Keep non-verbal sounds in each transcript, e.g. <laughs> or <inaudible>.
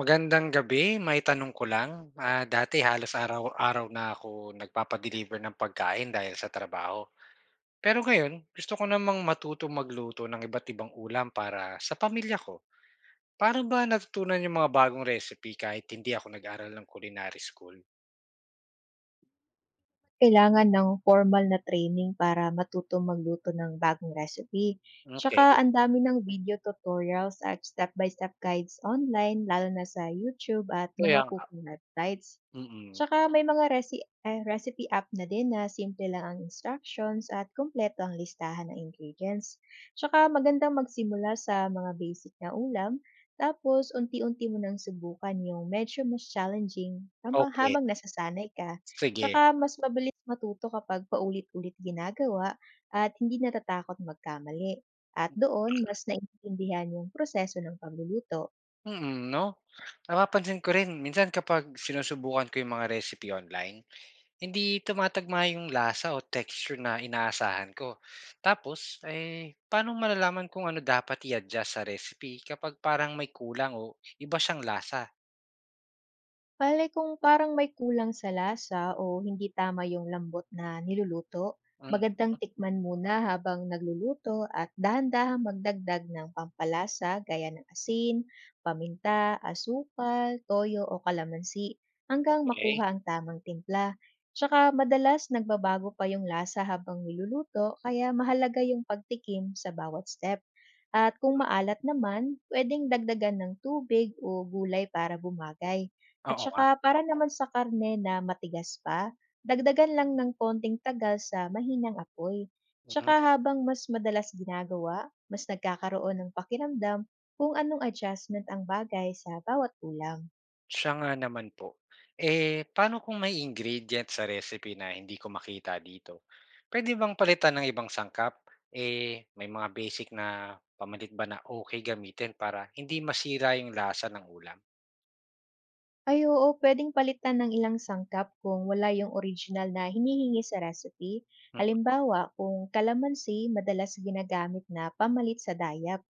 Magandang gabi. May tanong ko lang. Dati halos araw-araw na ako nagpapa ng pagkain dahil sa trabaho. Pero ngayon, gusto ko namang matuto magluto ng iba't ibang ulam para sa pamilya ko. Paano ba natutunan yung mga bagong recipe kahit hindi ako nag-aral ng culinary school? Kailangan ng formal na training para matuto magluto ng bagong recipe. Tsaka Okay. ang dami ng video tutorials at step-by-step guides online, lalo na sa YouTube at Kaya mga nga. cooking websites. Mm. Tsaka may mga recipe app na din na simple lang ang instructions at kumpleto ang listahan ng ingredients. Tsaka magandang magsimula sa mga basic na ulam, tapos unti-unti mo nang subukan yung medyo mas challenging habang Okay. habang nasasanay ka. Sige. Tsaka mas mabilis matuto kapag paulit-ulit ginagawa at hindi natatakot magkamali. At doon, mas naiintindihan yung proseso ng pagluluto. Mm, no? Napapansin ko rin, minsan kapag sinusubukan ko yung mga recipe online, hindi tumatagma yung lasa o texture na inaasahan ko. Tapos, paano malalaman kung ano dapat i-adjust sa recipe kapag parang may kulang o iba siyang lasa? Bale kung parang may kulang sa lasa o hindi tama yung lambot na niluluto, Mm, magandang tikman muna habang nagluluto at dahan-dahang magdagdag ng pampalasa gaya ng asin, paminta, asukal, toyo o kalamansi hanggang okey. makuha ang tamang timpla. Tsaka madalas nagbabago pa yung lasa habang niluluto, kaya mahalaga yung pagtikim sa bawat step. At kung maalat naman, pwedeng dagdagan ng tubig o gulay para bumagay. At Oo nga. saka para naman sa karne na matigas pa, dagdagan lang ng konting tagal sa mahinang apoy. Mhm. Tsaka habang mas madalas ginagawa, mas nagkakaroon ng pakiramdam kung anong adjustment ang bagay sa bawat ulam. Siya nga naman po. Eh, paano kung may ingredient sa recipe na hindi ko makita dito? Pwede bang palitan ng ibang sangkap? Eh, may mga basic na pamalit ba na okay gamitin para hindi masira yung lasa ng ulam? Ay oo, puwedeng palitan ng ilang sangkap kung wala yung original na hinihingi sa recipe. Hmm, Halimbawa, kung kalamansi, madalas ginagamit na pamalit sa dayap.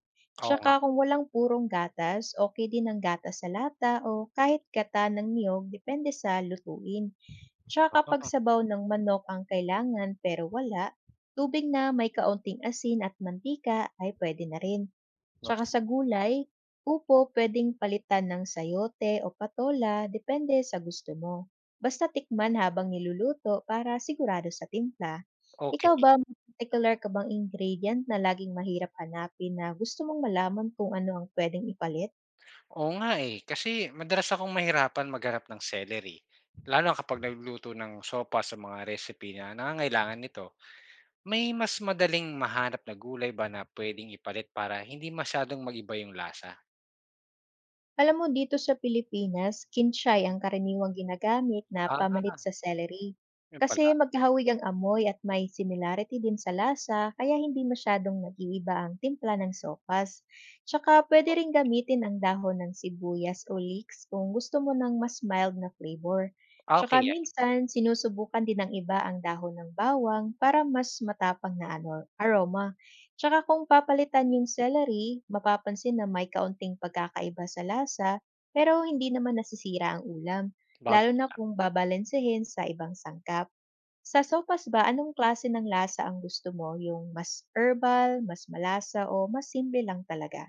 oo Tsaka nga. kung walang purong gatas, okey din ang gatas sa lata o kahit gata ng niyog, depende sa lutuin. Tsaka kapag Oo, sabaw ng manok ang kailangan pero wala, tubig na may kaunting asin at mantika ay puwede na rin. Tsaka mas sa gulay, upo pwedeng palitan ng sayote o patola, depende sa gusto mo. Basta tikman habang niluluto para sigurado sa timpla. Ikaw okey. ba, may particular ka bang ingredient na laging mahirap hanapin na gusto mong malaman kung ano ang pwedeng ipalit? Oo nga, eh. Kasi madalas akong mahirapan maghanap ng celery, lalo na kapag nagluluto ng sopa sa mga recipe na nangangailangan nito. May mas madaling mahanap na gulay ba na pwedeng ipalit para hindi masyadong mag-iba yung lasa? Alam mo, dito sa Pilipinas, kinshay ang karaniwang ginagamit na pamalit Ah, sa celery. yun Kasi pala. magkahawig ang amoy at may similarity din sa lasa, kaya hindi masyadong nag-iiba ang timpla ng sopas. Tsaka pwede rin gamitin ang dahon ng sibuyas o leeks kung gusto mo ng mas mild na flavor. Ah, okey Tsaka yan, minsan, sinusubukan din ng iba ang dahon ng bawang para mas matapang na aroma. Tsaka kung papalitan yung celery, mapapansin na may kaunting pagkakaiba sa lasa, pero hindi naman nasisira ang ulam, lalo na sabagay. kung babalansehin sa ibang sangkap. Sa sopas ba, anong klase ng lasa ang gusto mo? Yung mas herbal, mas malasa, o mas simple lang talaga?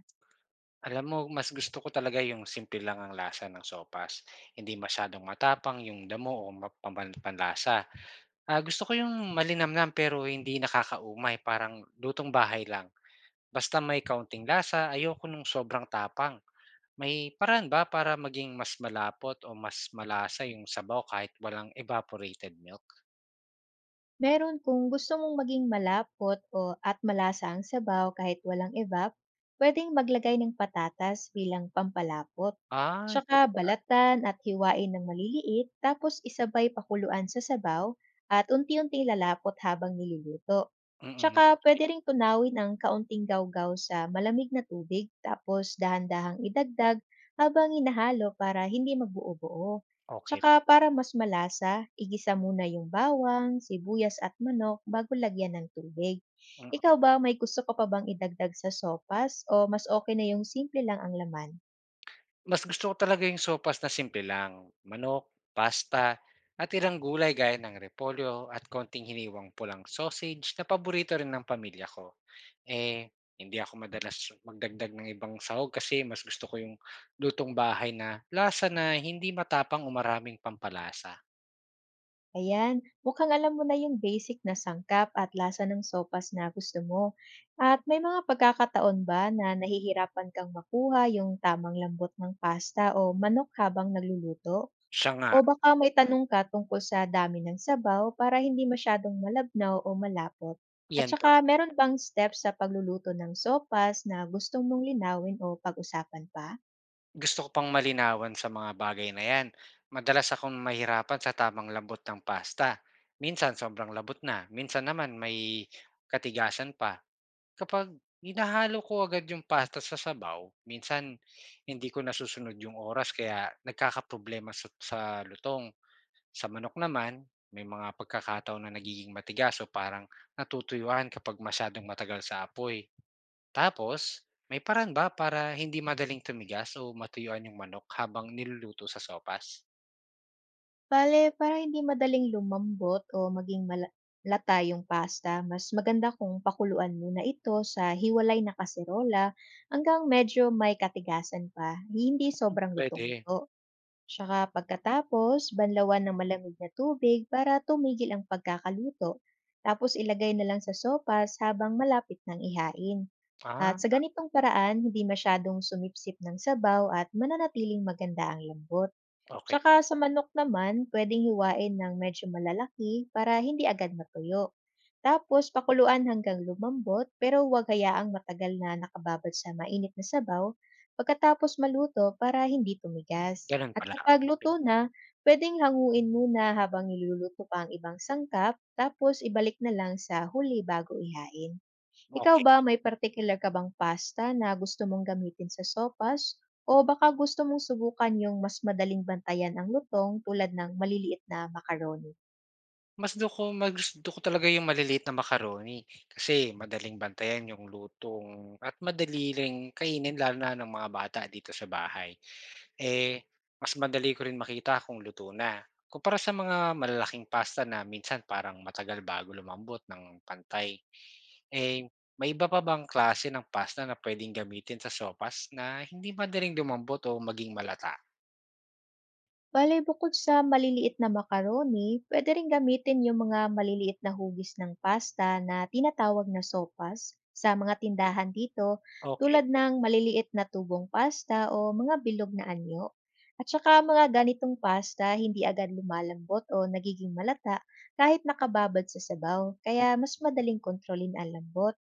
Alam mo, mas gusto ko talaga yung simple lang ang lasa ng sopas, hindi masyadong matapang yung damo o map paman panlasa. Ah, gusto ko yung malinamnam pero hindi nakakaumay, parang lutong bahay lang. Basta may kaunting lasa, ayoko nung sobrang tapang. May paraan ba para maging mas malapot o mas malasa yung sabaw kahit walang evaporated milk? Meron, kung gusto mong maging malapot o at malasa ang sabaw kahit walang evap, pwedeng maglagay ng patatas bilang pampalapot. Ah, Tsaka puwede pala. balatan at hiwain ng maliliit, tapos isabay pakuluan sa sabaw at unti-unting lalapot habang niluluto. Mm, Tsaka okey. pwede ring tunawin ang kaunting gawgaw sa malamig na tubig, tapos dahan-dahang idagdag habang hinahalo para hindi magbuo-buo. Okey. Tsaka Okay. para mas malasa, igisa muna yung bawang, sibuyas at manok bago lagyan ng tubig. Ikaw ba, may gusto ka pa bang idagdag sa sopas o mas okay na yung simple lang ang laman? Mas gusto ko talaga yung sopas na simple lang, manok, pasta, at ilang gulay gaya ng repolyo at konting hiniwang pulang sausage na paborito rin ng pamilya ko. Eh, Hindi ako madalas magdagdag ng ibang sahog kasi mas gusto ko yung lutong bahay na lasa na hindi matapang o maraming pampalasa. Ayan, mukhang alam mo na yung basic na sangkap at lasa ng sopas na gusto mo. At may mga pagkakataon ba na nahihirapan kang makuha yung tamang lambot ng pasta o manok habang nagluluto? Siya nga, O baka may tanong ka tungkol sa dami ng sabaw para hindi masyadong malabnaw o malapot. At iyan. saka meron bang steps sa pagluluto ng sopas na gusto mong linawin o pag-usapan pa? Gusto ko pang malinawan sa mga bagay na yan. Madalas akong mahirapan sa tamang lambot ng pasta. Minsan sobrang labot na, minsan naman may katigasan pa. Kapag hinahalo ko agad yung pasta sa sabaw, minsan hindi ko nasusunod yung oras kaya nagkakaproblema sa lutong. Sa manok naman, may mga pagkakataon na nagiging matigas o parang natutuyuan kapag masyadong matagal sa apoy. Tapos, may paraan ba para hindi madaling tumigas o matuyuan yung manok habang niluluto sa sopas? Bale, para hindi madaling lumambot o maging lata yung pasta, mas maganda kung pakuluan muna ito sa hiwalay na kaserola hanggang medyo may katigasan pa, hindi sobrang Puwede. lutong-luto. Saka pagkatapos, banlawan ng malamig na tubig para tumigil ang pagkakaluto. Tapos ilagay na lang sa sopas habang malapit ng ihain. At Ah, sa ganitong paraan, hindi masyadong sumipsip ng sabaw at mananatiling maganda ang lambot. okay. Tsaka sa manok naman, pwedeng hiwain ng medyo malalaki para hindi agad matuyo. Tapos pakuluan hanggang lumambot, pero huwag hayaang matagal na nakababad sa mainit na sabaw pagkatapos maluto para hindi tumigas. Gano'n At pala. kapag luto na, pwedeng hanguin muna habang niluluto pa ang ibang sangkap, tapos ibalik na lang sa huli bago ihain. Ikaw Okey. ba, may particular ka bang pasta na gusto mong gamitin sa sopas o baka gusto mong subukan yung mas madaling bantayan ang lutong tulad ng maliliit na macaroni? Mas gusto ko talaga yung maliliit na macaroni kasi madaling bantayan yung lutong at madali ring kainin lalo na ng mga bata dito sa bahay. Eh, Mas madali ko rin makita kung luto na, kumpara sa mga malalaking pasta na minsan parang matagal bago lumambot ng pantay. Eh, May iba pa bang klase ng pasta na puwedeng gamitin sa sopas na hindi madaling lumambot o maging malata? Bale bukod sa maliliit na macaroni, puwede ring gamitin yung mga maliliit na hugis ng pasta na tinatawag na sopas sa mga tindahan dito, Okay. tulad ng maliliit na tubong pasta o mga bilog na anyo. At saka mga ganitong pasta, hindi agad lumalambot o nagiging malata kahit nakababad sa sabaw, kaya mas madaling kontrolin ang lambot.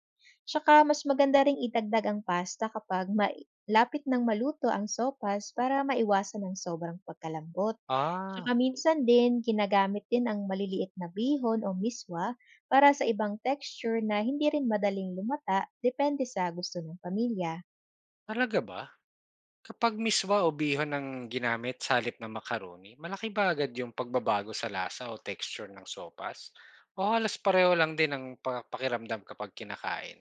Tsaka mas maganda ring idagdag ang pasta kapag ma Lapit ng maluto ang sopas para maiwasan ang sobrang pagkalambot. Ah, Tsaka minsan din, ginagamit din ang maliliit na bihon o miswa para sa ibang texture na hindi rin madaling lumata, depende sa gusto ng pamilya. talaga ba? Kapag miswa o bihon ang ginamit sa halip ng macaroni, malaki ba agad yung pagbabago sa lasa o texture ng sopas? O halos pareho lang din ang pa pakiramdam kapag kinakain?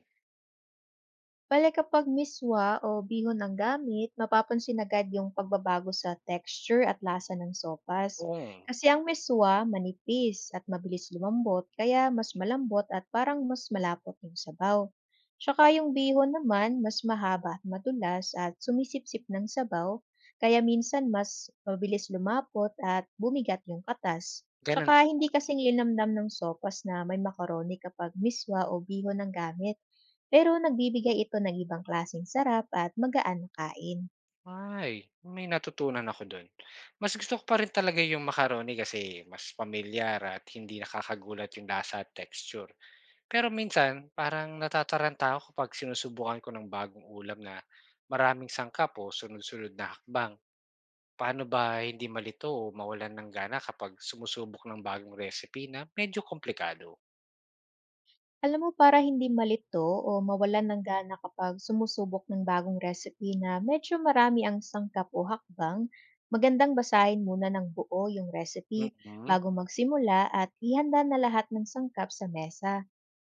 Bale kapag miswa o bihon ang gamit, mapapansin agad yung pagbabago sa texture at lasa ng sopas. Oo, Kasi ang miswa, manipis at mabilis lumambot, kaya mas malambot at parang mas malapot yung sabaw. Tsaka yung bihon naman, mas mahaba at madulas at sumisipsip ng sabaw, kaya minsan mas mabilis lumapot at bumigat yung katas. gano'n. Tsaka hindi kasing linamdam ng sopas na may macaroni kapag miswa o bihon ang gamit, pero nagbibigay ito ng ibang klaseng sarap at magaan na kain. Ay, may natutunan ako do'n. Mas gusto ko pa rin talaga yung macaroni kasi mas pamilyar at hindi nakakagulat yung lasa at texture. Pero minsan, parang natataranta ako kapag sinusubukan ko ng bagong ulam na maraming sangkap o sunod-sunod na hakbang. Paano ba hindi malito o mawalan ng gana kapag sumusubok ng bagong recipe na medyo komplikado? Alam mo, para hindi malito o mawalan ng gana kapag sumusubok ng bagong recipe na medyo marami ang sangkap o hakbang, magandang basahin muna ng buo yung recipe Mm, bago magsimula at ihanda na lahat ng sangkap sa mesa.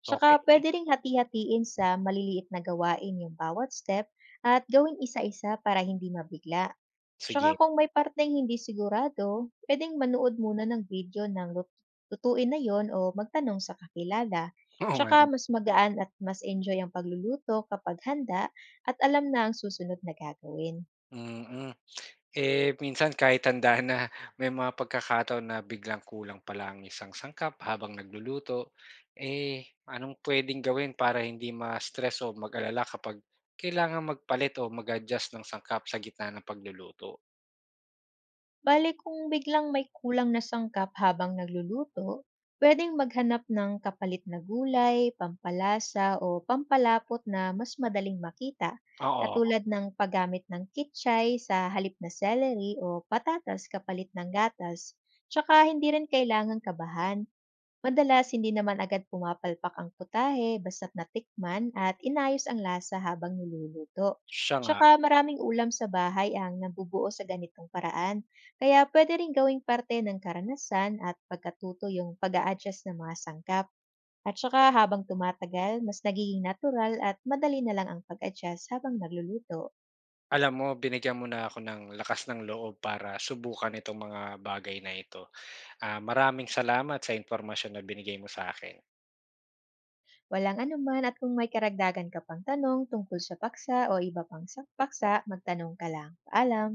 Tsaka okey. pwede ring hati-hatiin sa maliliit na gawain yung bawat step at gawin isa-isa para hindi mabigla. Tsaka Sige. kung may parteng hindi sigurado, pwedeng manood muna ng video ng lutuin na yon o magtanong sa kakilala. <laughs> Oo nga. Tsaka mas magaan at mas enjoy ang pagluluto kapag handa at alam na ang susunod na gagawin. Mm. Eh, minsan kahit handa na, may mga pagkakataon na biglang kulang pala ang isang sangkap habang nagluluto. Anong pwedeng gawin para hindi ma-stress o mag-alala kapag kailangan magpalit o mag-adjust ng sangkap sa gitna ng pagluluto? Bale kung biglang may kulang na sangkap habang nagluluto, pwedeng maghanap ng kapalit na gulay, pampalasa o pampalapot na mas madaling makita, Oo, katulad ng paggamit ng kitchay sa halip na celery o patatas kapalit ng gatas. Tsaka hindi rin kailangang kabahan. Madalas hindi naman agad pumapalpak ang putahe basta't natikman at inayos ang lasa habang niluluto. siya nga. Tsaka maraming ulam sa bahay ang nabubuo sa ganitong paraan, kaya pwede rin gawing parte ng karanasan at pagkatuto yung pag a-adjust ng mga sangkap. At saka habang tumatagal, mas nagiging natural at madali na lang ang pag-adjust habang nagluluto. Alam mo, binigyan mo na ako ng lakas ng loob para subukan itong mga bagay na ito. Ah, maraming salamat sa impormasyon na binigay mo sa akin. Walang anuman, at kung may karagdagan ka pang tanong tungkol sa paksa o iba pang paksa, magtanong ka lang. Paalam!